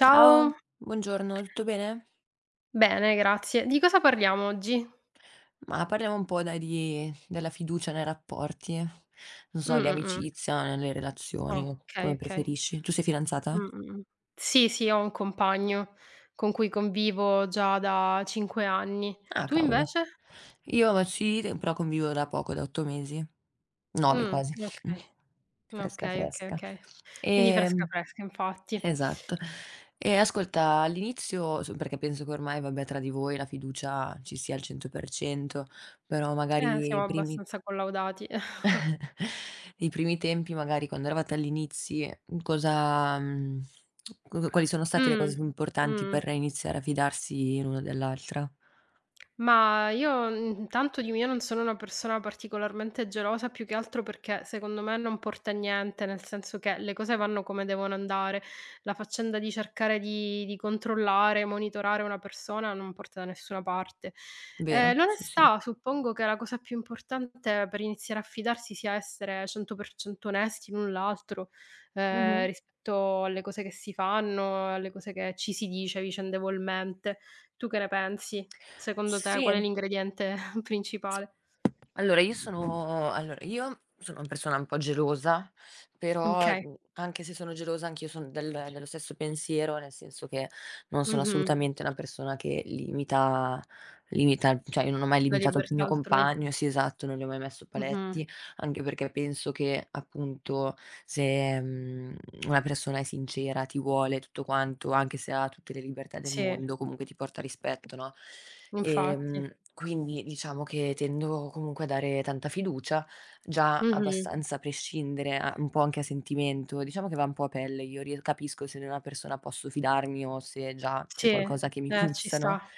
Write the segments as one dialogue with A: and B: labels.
A: Ciao, buongiorno, tutto bene?
B: bene grazie. Di cosa parliamo oggi?
A: Ma parliamo un po' dai di della fiducia nei rapporti, non
B: Mh,
A: so, di
B: mh, mh.
A: amicizia, nelle
B: Ah.
A: relazioni,
B: Okay,
A: come
B: okay.
A: preferisci. Tu sei
B: Mh,
A: fidanzata?
B: mh, mh. Sì, sì, ho un compagno con cui convivo già da 5 anni.
A: Ah,
B: Tu
A: cavolo.
B: invece?
A: Io ma sì, però convivo da poco, da 8 mesi, 9 quasi.
B: Okay.
A: Fresca,
B: Okay, okay,
A: fresca.
B: okay. Quindi fresca,
A: Ehm,
B: fresca infatti.
A: esatto. E ascolta, all'inizio, perché penso che ormai, vabbè, tra di voi la fiducia ci sia al 100%, però magari
B: Siamo
A: i primi
B: abbastanza collaudati.
A: I primi tempi magari quando eravate agli inizi, q quali sono state le
B: Mh,
A: cose più importanti
B: mh.
A: per iniziare a fidarsi l'uno dell'altra,
B: Ma io intanto di mio non sono una persona particolarmente gelosa, più che altro perché secondo me non porta a niente, nel senso che le cose vanno come devono andare. La faccenda di cercare di controllare, monitorare una persona non porta da nessuna parte.
A: vero?
B: Ehm,
A: Sì, sì.
B: l'onestà suppongo che la cosa più importante per iniziare a fidarsi sia essere 100% onesti l'un l'altro,
A: Mh-mh.
B: rispetto alle cose che si fanno, alle cose che ci si dice vicendevolmente. Tu che ne pensi? Secondo te
A: Sì.
B: qual è l'ingrediente principale?
A: Allora io sono una persona un po' gelosa, però,
B: Okay.
A: anche se sono gelosa anch'io sono dello stesso pensiero, nel senso che non sono
B: Mh-mh.
A: assolutamente una persona che limita cioè io non ho mai
B: La
A: limitato il
B: libertà
A: mio
B: altrui.
A: compagno sì esatto, non gli ho mai messo
B: Mh-mh.
A: paletti, anche perché penso che appunto, se, una persona è sincera, ti vuole, tutto quanto, anche se ha tutte le libertà del
B: Sì,
A: mondo, comunque ti porta rispetto, no,
B: infatti.
A: quindi diciamo che tendo comunque a dare tanta fiducia, già
B: Mh-mh.
A: abbastanza a prescindere, a un po' anche a sentimento, diciamo che va un po' a pelle, io rie capisco se di una persona posso fidarmi o se già
B: Sì,
A: c'è qualcosa che mi
B: ci
A: puzza, no,
B: sta.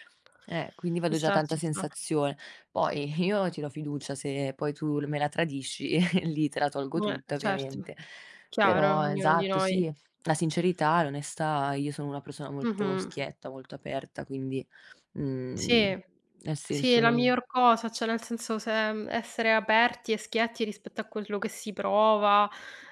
A: quindi
B: Ci
A: vado già
B: sta,
A: tanto a
B: ci sta.
A: sensazione. Poi io ti do fiducia, se poi tu l me la tradisci lì te la tolgo tutta
B: Certo.
A: ovviamente.
B: Chiaro,
A: Però
B: ognuno di
A: esatto,
B: noi.
A: sì, la sincerità, l'onestà, io sono una persona molto
B: Mh-mh.
A: schietta, molto aperta, quindi, mhmm,
B: Sì.
A: nel
B: Sì, è
A: senso
B: la
A: non
B: miglior cosa, cioè nel senso se essere aperti e schietti rispetto a quello che si prova,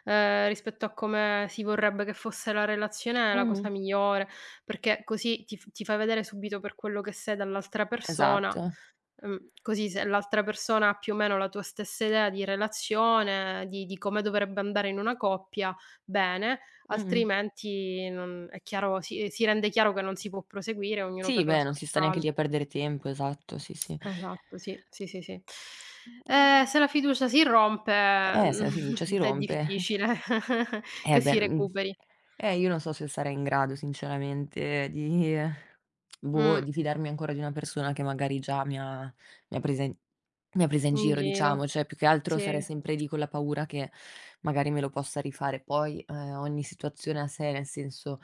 B: rispetto a come si vorrebbe che fosse la relazione è la
A: mh-mh,
B: cosa migliore, perché così ti fai vedere subito per quello che sei dall'altra persona,
A: esatto.
B: così se l'altra persona ha più o meno la tua stessa idea di relazione, di come dovrebbe andare in una coppia, bene,
A: Mh-mh.
B: altrimenti non è chiaro si rende chiaro che non si può proseguire, ognuno
A: Sì,
B: per la
A: beh,
B: sua
A: non si sta neanche
B: strada.
A: lì a perdere tempo, esatto, sì, sì.
B: Esatto, sì, sì, sì, sì. Ehm,
A: Mhmm,
B: se la fiducia si rompe,
A: se la fiducia si
B: è
A: rompe,
B: difficile che
A: eh beh,
B: si
A: mhmm
B: recuperi.
A: Io non so se sarei in grado sinceramente di boh,
B: Mh,
A: di fidarmi ancora di una persona che magari già mi ha presa in mi ha presa in
B: in
A: giro
B: giro.
A: diciamo, cioè più che altro
B: Sì.
A: sarei sempre lì con la paura che magari me lo possa rifare. Poi, ogni situazione a sé, nel senso,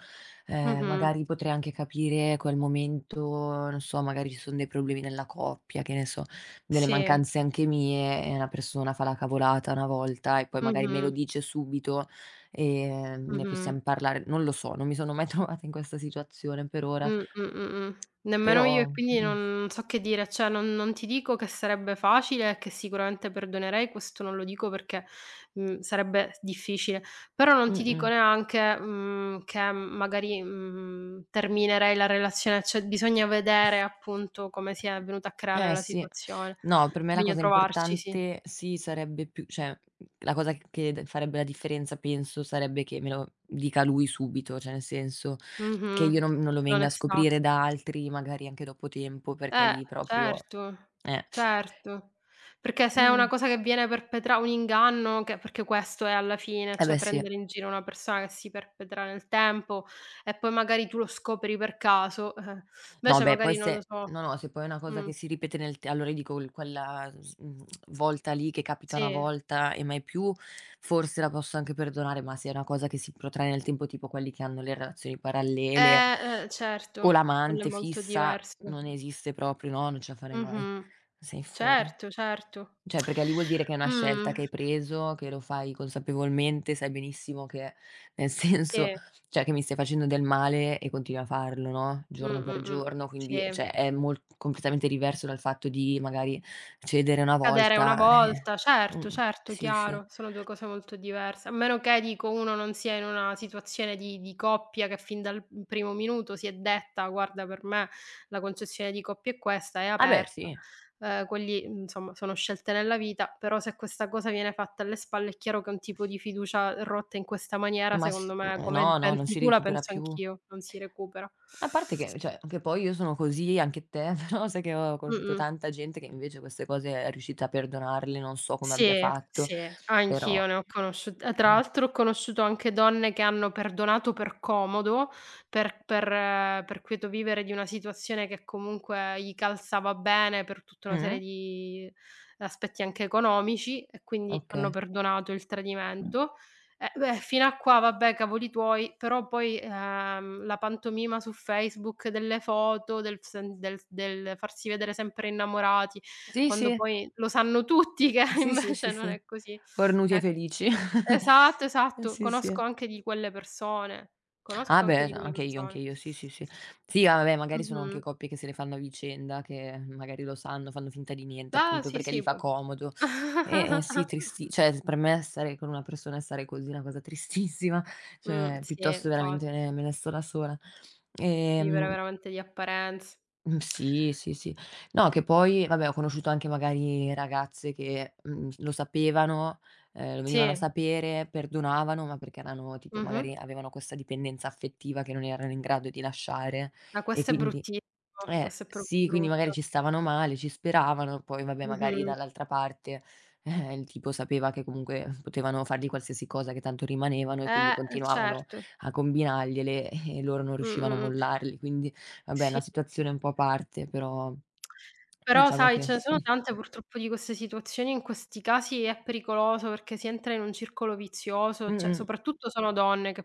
B: Mh-mh.
A: magari potrei anche capire quel momento, non so, magari ci son dei problemi nella coppia, che ne so, delle
B: Sì.
A: mancanze anche mie e una persona fa la cavolata una volta e poi magari me
B: Mh-mh.
A: lo dice subito. Ne
B: Mh-mh.
A: possiam parlare, non lo so, non mi sono mai trovata in questa situazione per ora.
B: Nemmeno io e
A: Però
B: quindi non so che dire, cioè non ti dico che sarebbe facile e che sicuramente perdonerei, questo non lo dico perché, sarebbe s difficile, però non ti dico
A: mh-mh.
B: neanche, che magari, terminerei la relazione, cioè bisogna vedere appunto come si è venuta a creare
A: Eh
B: la
A: sì.
B: situazione.
A: No, per me la
B: Bisogna
A: cosa
B: trovarci, sì.
A: importante sì, sarebbe più cioè, la cosa che d farebbe la differenza penso sarebbe che me lo dica lui subito, cioè nel senso che
B: Mh-mh.
A: io non lo venga a
B: L'onestà.
A: scoprire da altri, magari anche dopo tempo, perché lì proprio
B: Certo,
A: eh.
B: certo. Perché se è una
A: Eh,
B: cosa che viene perpetra un inganno che perché questo è alla fine,
A: eh
B: cioè
A: beh sì.
B: prendere in giro una persona che si perpetra nel tempo e poi magari tu lo scopri per caso, eh.
A: No,
B: Invece
A: beh, poi
B: magari non lo
A: se
B: so
A: no, no, se poi è una cosa
B: mh,
A: che si ripete nel te allora dico il quella s mhmm, volta lì che capita una
B: sì.
A: volta e mai più, forse la posso anche perdonare, ma se è una cosa che si protrae nel tempo, tipo quelli che hanno le relazioni parallele o
B: Certo, quello è
A: l'amante
B: molto
A: fissa,
B: diverso.
A: non esiste proprio, no, non ce la farei mai.
B: Mh-mh.
A: Sei fuori.
B: Certo, certo.
A: Cioè, perché lì vuol dire che è una scelta
B: Mh.
A: che hai preso, che lo fai consapevolmente, sai benissimo che nel senso,
B: Sì.
A: cioè che mi stai facendo del male e continui a farlo, no,
B: Mh,
A: giorno
B: mh,
A: per
B: mh.
A: giorno, quindi
B: Sì.
A: cioè è mol completamente diverso dal fatto di magari cedere una
B: Cadere una
A: volta, eh.
B: volta, certo,
A: Mh-mh.
B: certo,
A: Sì, sì.
B: chiaro, sono 2 cose molto diverse. A meno che, dico, uno non sia in una situazione di coppia che fin dal, primo minuto si è detta: "Guarda per me la concessione di coppia è questa, è
A: Ah beh
B: aperta".
A: sì,
B: Quelli, insomma sono scelte nella vita, però se questa cosa viene fatta alle spalle è chiaro che un tipo di fiducia rotta in questa maniera,
A: ma s
B: secondo me,
A: no,
B: come
A: no, non
B: pensi
A: si
B: tu, la
A: recupera
B: penso
A: più.
B: anch'io, non si recupera.
A: A parte che cioè, anche poi io sono così, anche te, però sai che ho conosciuto
B: Mh-mh.
A: tanta gente che invece queste cose è riuscita a perdonarle, non so come abbia
B: Sì,
A: fatto,
B: sì, anch'io
A: però
B: ne ho conosciut tra
A: mh.
B: l'altro ho conosciuto anche donne che hanno perdonato per comodo, per quieto vivere di una situazione che comunque gli calzava bene per tutta una serie
A: Mh?
B: di aspetti anche economici e quindi hanno
A: Okay.
B: perdonato il tradimento. Beh, fino a qua vabbè cavoli tuoi, però poi, la pantomima su Facebook delle foto, del sen del s del farsi vedere sempre innamorati
A: Sì,
B: quando
A: sì.
B: poi lo sanno tutti che
A: Sì, sì, sì,
B: invece non
A: sì.
B: è così.
A: Cornuti e
B: Ecco.
A: felici.
B: Esatto, esatto.
A: Sì, sì.
B: Conosco anche di quelle persone,
A: Ah
B: conosco anche
A: beh,
B: di quelle
A: anche
B: persone.
A: io, sì, sì, sì. Sì, ah vabbè, magari sono
B: Mh-mh.
A: anche coppie che se le fanno a vicenda, che magari lo sanno, fanno finta di niente,
B: Ah,
A: appunto
B: sì,
A: perché gli
B: sì,
A: fa
B: può
A: comodo. Sì, tristi cioè per me stare con una persona e stare così è una cosa tristissima, cioè
B: Sì,
A: piuttosto veramente
B: infatti.
A: me ne sto da sola.
B: Vivere
A: Ehm
B: veramente di apparenze.
A: Sì, sì, sì. No, che poi vabbè ho conosciuto anche magari ragazze che, lo sapevano, lo venivano a
B: Sì,
A: sapere, perdonavano, ma perché erano tipo
B: mh-mh.
A: magari avevano questa dipendenza affettiva che non erano in grado di lasciare
B: Ma
A: e
B: questo è
A: quindi
B: bruttissimo, questo è proprio
A: sì, quindi magari
B: brutto.
A: ci stavano male, ci speravano, poi vabbè magari
B: Mh-mh.
A: dall'altra parte, il tipo sapeva che comunque potevano fargli qualsiasi cosa che tanto rimanevano e quindi
B: Eh
A: continuavano
B: certo.
A: a combinargliele e loro non
B: Mh, mh,
A: riuscivano a
B: mh.
A: mollarli, quindi vabbè, è
B: Sì,
A: una
B: sì.
A: situazione un po' a parte, però
B: Però
A: diciamo
B: sai,
A: che
B: ce ne sono tante purtroppo di queste situazioni, in questi casi è pericoloso perché si entra in un circolo vizioso, cioè
A: mh-mh,
B: soprattutto sono donne che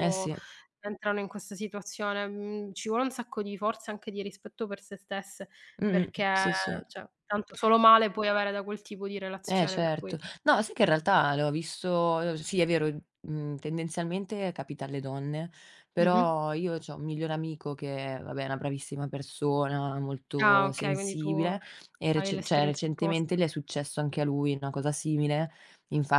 A: eh sì,
B: entrano in questa situazione. Mhmm, Ci vuole un sacco di forza e anche di rispetto per se stesse,
A: mh-mh,
B: perché
A: sì, sì.
B: cioè tanto solo male puoi avere da quel tipo di
A: Eh
B: relazione, per cui
A: certo. No, sai che in realtà l'ho visto sì è vero, tendenzialmente capita alle donne,
B: mh-mh.
A: però io c'ho un migliore amico che, vabbè, è una bravissima persona,
B: Ah
A: molto
B: okay, quindi tu
A: sensibile e
B: hai
A: recen cioè
B: l'esperienza
A: recentemente
B: opposta.
A: gli è successo anche a lui una cosa simile.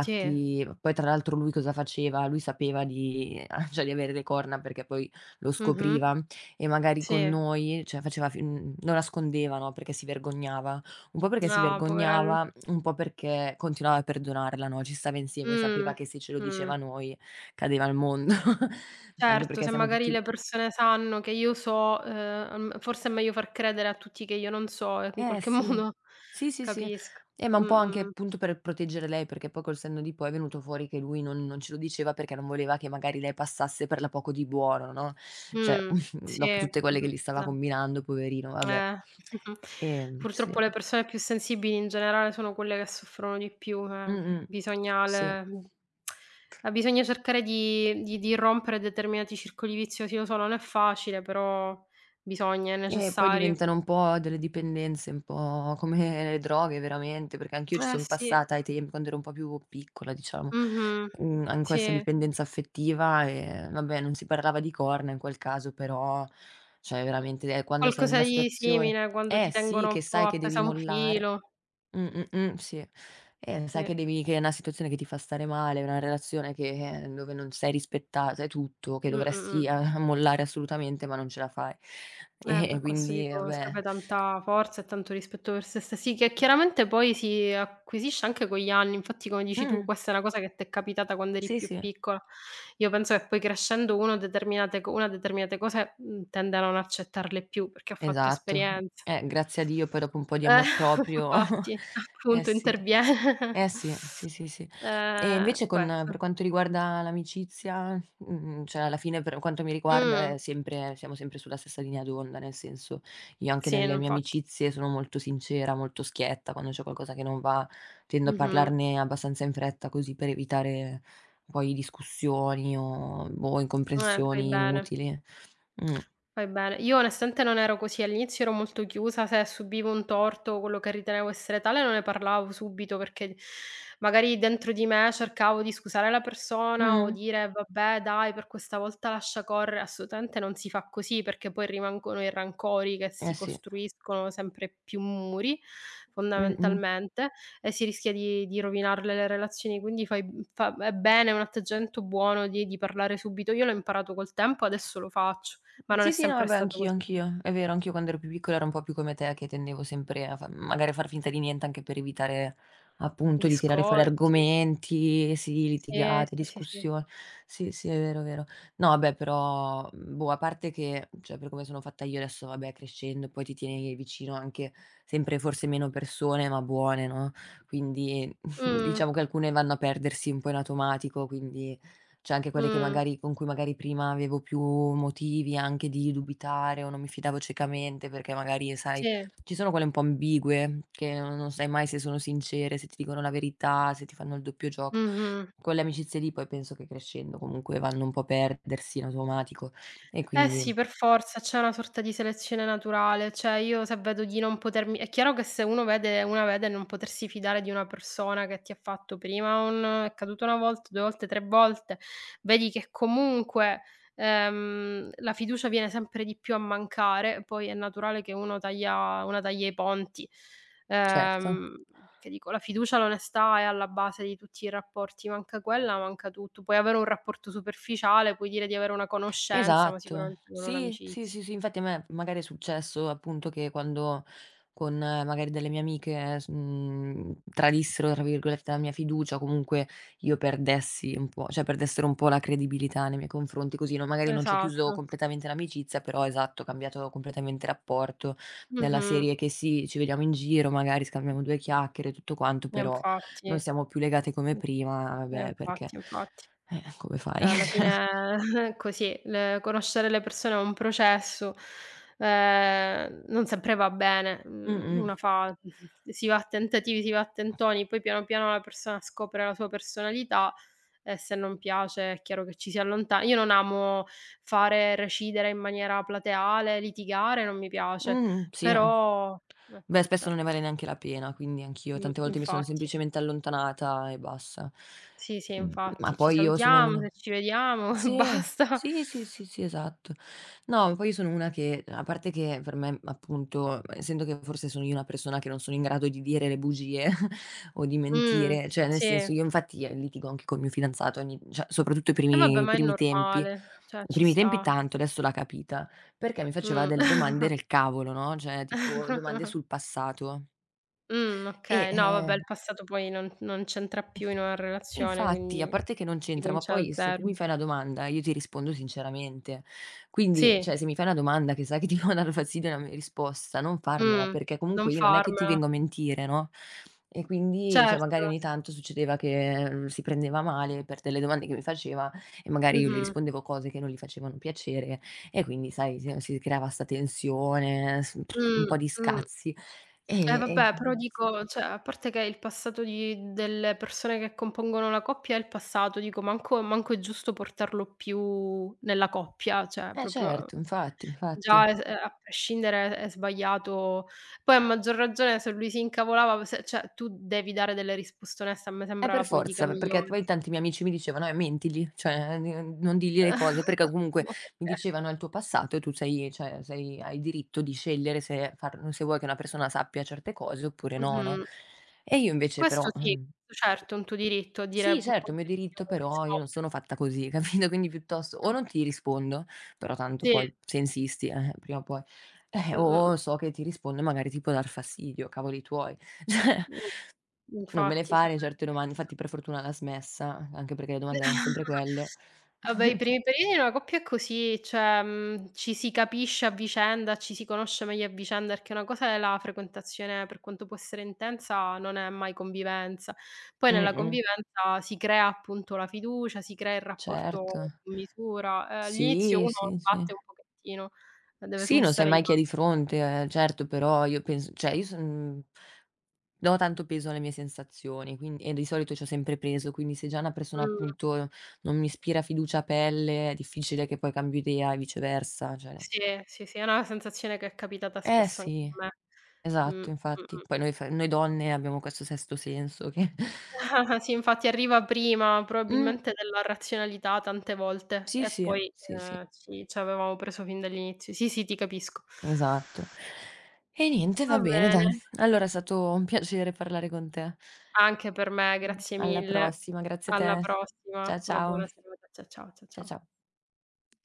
B: Sì,
A: poi tra l'altro lui cosa faceva? Lui sapeva di cioè di avere le corna perché poi lo
B: mh-mh,
A: scopriva e magari con
B: sì.
A: noi, cioè faceva lo nascondeva, no, perché si vergognava. Un po' perché si
B: Ah poverello.
A: vergognava, un po' perché continuava a perdonarla, no, ci stava insieme, sapeva
B: Mh,
A: che se ce lo
B: mh.
A: diceva a noi cadeva il mondo. Anche
B: Certo,
A: perché
B: se
A: siamo
B: magari
A: tutti
B: le persone sanno che io so, forse è meglio far credere a tutti che io non so e in
A: eh
B: qualche
A: sì.
B: modo
A: Sì, sì, sì.
B: capisco.
A: Ma
B: Mh,
A: un po' anche
B: mh, mh.
A: appunto per proteggere lei, perché poi col senno di poi è venuto fuori che lui non ce lo diceva perché non voleva che magari lei passasse per la poco di buono, no, cioè
B: Sì,
A: dopo tutte quelle
B: mh,
A: che gli stava
B: no,
A: combinando poverino, vabbè.
B: eh.
A: Sì.
B: Purtroppo le persone più sensibili in generale sono quelle che soffrono di più, eh.
A: Mh-mh.
B: Bisogna
A: Sì.
B: le mhmm, eh, bisogna cercare di rompere determinati circoli viziosi. Lo so, non è facile, però bisogna, è
A: Poi
B: necessario.
A: diventano un po' delle dipendenze, un po' come le droghe veramente, perché anch'io ci
B: Eh
A: son
B: sì.
A: passata ai tempi, quando ero un po' più piccola diciamo,
B: Mh-mh.
A: mhmm, an
B: Sì.
A: questa dipendenza affettiva e vabbè non si parlava di corna in quel caso, però cioè veramente, quando sei in
B: Qualcosa
A: una
B: di
A: situazione
B: simile quando ti
A: eh sì,
B: tengono un
A: che
B: po'
A: sai che
B: appesa
A: devi
B: a un
A: mollare.
B: filo.
A: Mh, sì. Sai
B: Sì.
A: che devi che è una situazione che ti fa stare male, una relazione che dove non sei rispettata e tutto, che
B: Mh, mh, mh.
A: dovresti a mollare assolutamente, ma non ce la fai. E
B: Per questo
A: quindi
B: dico serve
A: vabbè.
B: tanta forza e tanto rispetto per se stessi, che chiaramente poi si acquisisce anche con gli anni. Infatti, come dici tu,
A: Mh,
B: questa è una cosa che t'è capitata quando eri
A: sì,
B: più
A: sì,
B: piccola. Io penso che poi crescendo uno determinate co una determinate cose, tende a non accettarle più perché ha fatto
A: esatto.
B: esperienza.
A: Grazie a Dio poi dopo un po' di
B: Eh,
A: amor proprio
B: infatti,
A: eh
B: appunto
A: sì.
B: interviene.
A: Eh sì, sì, sì, sì. E
B: Ehm,
A: invece con
B: questo.
A: per quanto riguarda l'amicizia, cioè alla fine per quanto mi riguarda
B: Mh,
A: è sempre siamo sempre sulla stessa linea d'onda, nel senso, io anche
B: sì,
A: nelle mie
B: infatti.
A: amicizie sono molto sincera, molto schietta, quando c'è qualcosa che non va tendo a
B: Mh-mh.
A: parlarne abbastanza in fretta, così per evitare poi discussioni o boh,
B: Fai
A: incomprensioni
B: bene.
A: inutili. Mh.
B: Fai bene. Io onestamente non ero così, all'inizio ero molto chiusa, se subivo un torto o quello che ritenevo essere tale non ne parlavo subito perché magari dentro di me cercavo di scusare la persona o
A: Mh.
B: dire: "Vabbè dai, per questa volta lascia correre". Assolutamente non si fa così perché poi rimangono i rancori che si
A: Eh sì.
B: costruiscono sempre più muri
A: Mh-mh.
B: fondamentalmente e si rischia di rovinarle le relazioni, quindi fai b fa è bene, è un atteggiamento buono di parlare subito. Io l'ho imparato col tempo, adesso lo faccio. Ma non è
A: Sì, sì, no,
B: sempre
A: vabbè,
B: stato
A: anch'io,
B: così.
A: anch'io. È vero, anch'io quando ero più piccola ero un po' più come te, che tendevo sempre a fa magari a far finta di niente anche per evitare, appunto, di tirare fuori
B: Discorsi
A: argomenti, sì,
B: sì,
A: litigate,
B: sì, sì, sì.
A: discussioni. Sì, sì, è vero, è vero. No, vabbè, però, boh, a parte che, cioè, per come sono fatta io adesso, vabbè, crescendo, poi ti tieni vicino anche sempre forse meno persone, ma buone, no, quindi
B: Mh,
A: diciamo che alcune vanno a perdersi un po' in automatico, quindi cioè anche quelle che
B: mh,
A: magari con cui magari prima avevo più motivi anche di dubitare o non mi fidavo ciecamente perché magari, sai,
B: sì,
A: ci sono quelle un po' ambigue che non sai mai se sono sincere, se ti dicono la verità, se ti fanno il doppio gioco.
B: mh-mh.
A: Quelle amicizie lì poi penso che crescendo comunque vanno un po' a perdersi in automatico e
B: Eh
A: quindi
B: sì, per forza, c'è una sorta di selezione naturale, cioè io se vedo di non potermi è chiaro che se uno vede una vede non potersi fidare di una persona che ti ha fatto prima un è caduto 1 volta, 2 volte, 3 volte, vedi che comunque, la fiducia viene sempre di più a mancare, poi è naturale che uno taglia i ponti.
A: certo.
B: Ehm, perché dico la fiducia, l'onestà è alla base di tutti i rapporti, manca quella, manca tutto. Puoi avere un rapporto superficiale, puoi dire di avere una conoscenza, ma
A: Esatto.
B: sicuramente non
A: Sì, sì,
B: un'amicizia.
A: sì, sì, infatti a me magari è successo appunto che quando con magari delle mie amiche "tradissero" tra virgolette la mia fiducia o comunque io perdessi un po' cioè perdessero un po' la credibilità nei miei confronti, così non magari non c'ho chiuso
B: Esatto.
A: completamente l'amicizia, però esatto, ho cambiato completamente il rapporto, della
B: Mh-mh.
A: serie che sì, ci vediamo in giro, magari scambiamo 2 chiacchiere e tutto quanto,
B: E
A: però non
B: infatti.
A: siamo più legate come
B: Mh.
A: prima,
B: E
A: beh, perché
B: infatti, infatti.
A: come fai?
B: Cioè alla fine è così. Le conoscere le persone è un processo, non sempre va bene. Mhmm,
A: Mh-mh.
B: una fa si va a tentativi, si va a tentoni, poi piano piano la persona scopre la sua personalità. E se non piace è chiaro che ci si allonta io non amo fare recidere in maniera plateale, litigare non mi piace,
A: Sì, no.
B: però
A: Beh,
B: ecco,
A: spesso
B: cioè
A: non ne vale neanche la pena, quindi anch'io tante volte mi sono
B: infatti.
A: semplicemente allontanata e basta.
B: Sì, sì,
A: Ma
B: infatti, ci
A: poi io sono
B: salutiamo,
A: una
B: se ci vediamo e
A: sì,
B: basta.
A: sì, sì, sì, sì, esatto. No, poi io sono una che a parte che per me, appunto, essendo che forse sono io una persona che non sono in grado di dire le bugie o di
B: Mh,
A: mentire, cioè nel
B: sì.
A: senso io infatti litigo anche col mio fidanzato ogni cioè soprattutto i
B: E vabbè,
A: primi i
B: ma è
A: primi tempi,
B: normale, cioè
A: i
B: ci
A: primi tempi
B: sta.
A: tanto, adesso l'ha capita, perché mi faceva delle
B: Mh.
A: domande del cavolo, no, cioè tipo domande
B: Mh,
A: sul passato. E,
B: okay. No, vabbè, il
A: ehm
B: passato poi non c'entra più in una relazione,
A: Infatti, a
B: quindi
A: parte che non
B: si
A: c'entra, ma
B: comincia da
A: poi se tu
B: zero.
A: mi fai una domanda io ti rispondo sinceramente. Quindi,
B: Sì.
A: cioè, se mi fai una domanda che sai che ti può dar fastidio una m risposta, non farmela,
B: Mh,
A: perché
B: non
A: comunque io non è che ti
B: farmela.
A: vengo a mentire, no, e quindi, cioè,
B: Certo.
A: magari ogni tanto succedeva che, si prendeva male per delle domande che mi faceva e magari io le
B: Mh-mh.
A: rispondevo cose che non gli facevano piacere e quindi, sai, si creava 'sta tensione, s un
B: Mh,
A: po' di
B: mh.
A: scazzi.
B: Eh
A: E,
B: vabbè, però
A: mhmm
B: dico, cioè, a parte che il passato di delle persone che compongono la coppia è il passato, dico manco manco è giusto portarlo più nella coppia, cioè
A: eh
B: proprio
A: certo, infatti,
B: già
A: infatti.
B: es a prescindere è sbagliato. Poi a maggior ragione se lui si incavolava se cioè, tu devi dare delle risposte oneste, a me sembra la
A: Per
B: politica
A: forza, perché
B: migliore.
A: poi tanti miei amici mi dicevano: mentigli, cioè n non digli le cose", perché comunque
B: Ma
A: mi
B: perché?
A: dicevano: "È il tuo passato e tu sei cioè sei hai diritto di scegliere se vuoi che una persona sappia certe cose oppure no, no?"
B: Mh-mh.
A: E io invece
B: Questo
A: però,
B: sì,
A: mhmm:
B: certo, è un tuo diritto a dire
A: "Sì
B: "Boh,
A: certo è mio
B: poverezio,
A: diritto,
B: non
A: però io non
B: rispondere.
A: sono fatta così", capito? Quindi piuttosto o
B: Mh,
A: non ti rispondo, però tanto
B: sì,
A: poi se insisti, prima o poi,
B: mh, mh,
A: o so che ti rispondo e magari ti può dar fastidio, cavoli tuoi, cioè
B: mh,
A: non me le
B: infatti,
A: fare
B: sembra di
A: certe doman infatti per fortuna l'ha smessa, anche perché le domande eran sempre quelle.
B: Vabbè per i primi periodi di una coppia è così, cioè, ci si capisce a vicenda, ci si conosce meglio a vicenda, perché una cosa è la frequentazione, per quanto può essere intensa, non è mai convivenza. Poi nella
A: Mh-mh,
B: convivenza si crea appunto la fiducia, si crea il rapporto
A: certo.
B: su misura. All'inizio
A: Sì,
B: uno
A: sì, sì.
B: sbatte un pochettino, deve
A: Sì, non sai
B: smussare gli
A: mai chi hai
B: altri.
A: di fronte, certo, però io penso cioè io son do tanto peso alle mie sensazioni, quindi e di solito c'ho sempre peso, quindi se già una persona
B: Mh,
A: appunto non mi ispira fiducia a pelle, è difficile che poi cambio idea e viceversa, cioè
B: sì, sì, sì, è una sensazione che è capitata
A: eh
B: spesso anche
A: sì,
B: a me.
A: esatto infatti.
B: Mh-mh.
A: Poi noi donne abbiamo questo sesto senso che
B: Ah-ah, sì, infatti arriva prima
A: mh.
B: probabilmente della razionalità tante volte
A: Sì,
B: e
A: sì,
B: poi,
A: sì, sì,
B: ci avevamo preso fin dall'inizio. Sì, sì, ti capisco.
A: esatto. E niente,
B: Va
A: va bene dai.
B: bene,
A: Allora è stato un piacere parlare con te.
B: anche per me, grazie
A: Alla
B: mille.
A: prossima, grazie a
B: Alla
A: te. Cia
B: prossima, una
A: ciao.
B: buona serata. Cia ciao, cia
A: Cia
B: ciao.
A: cia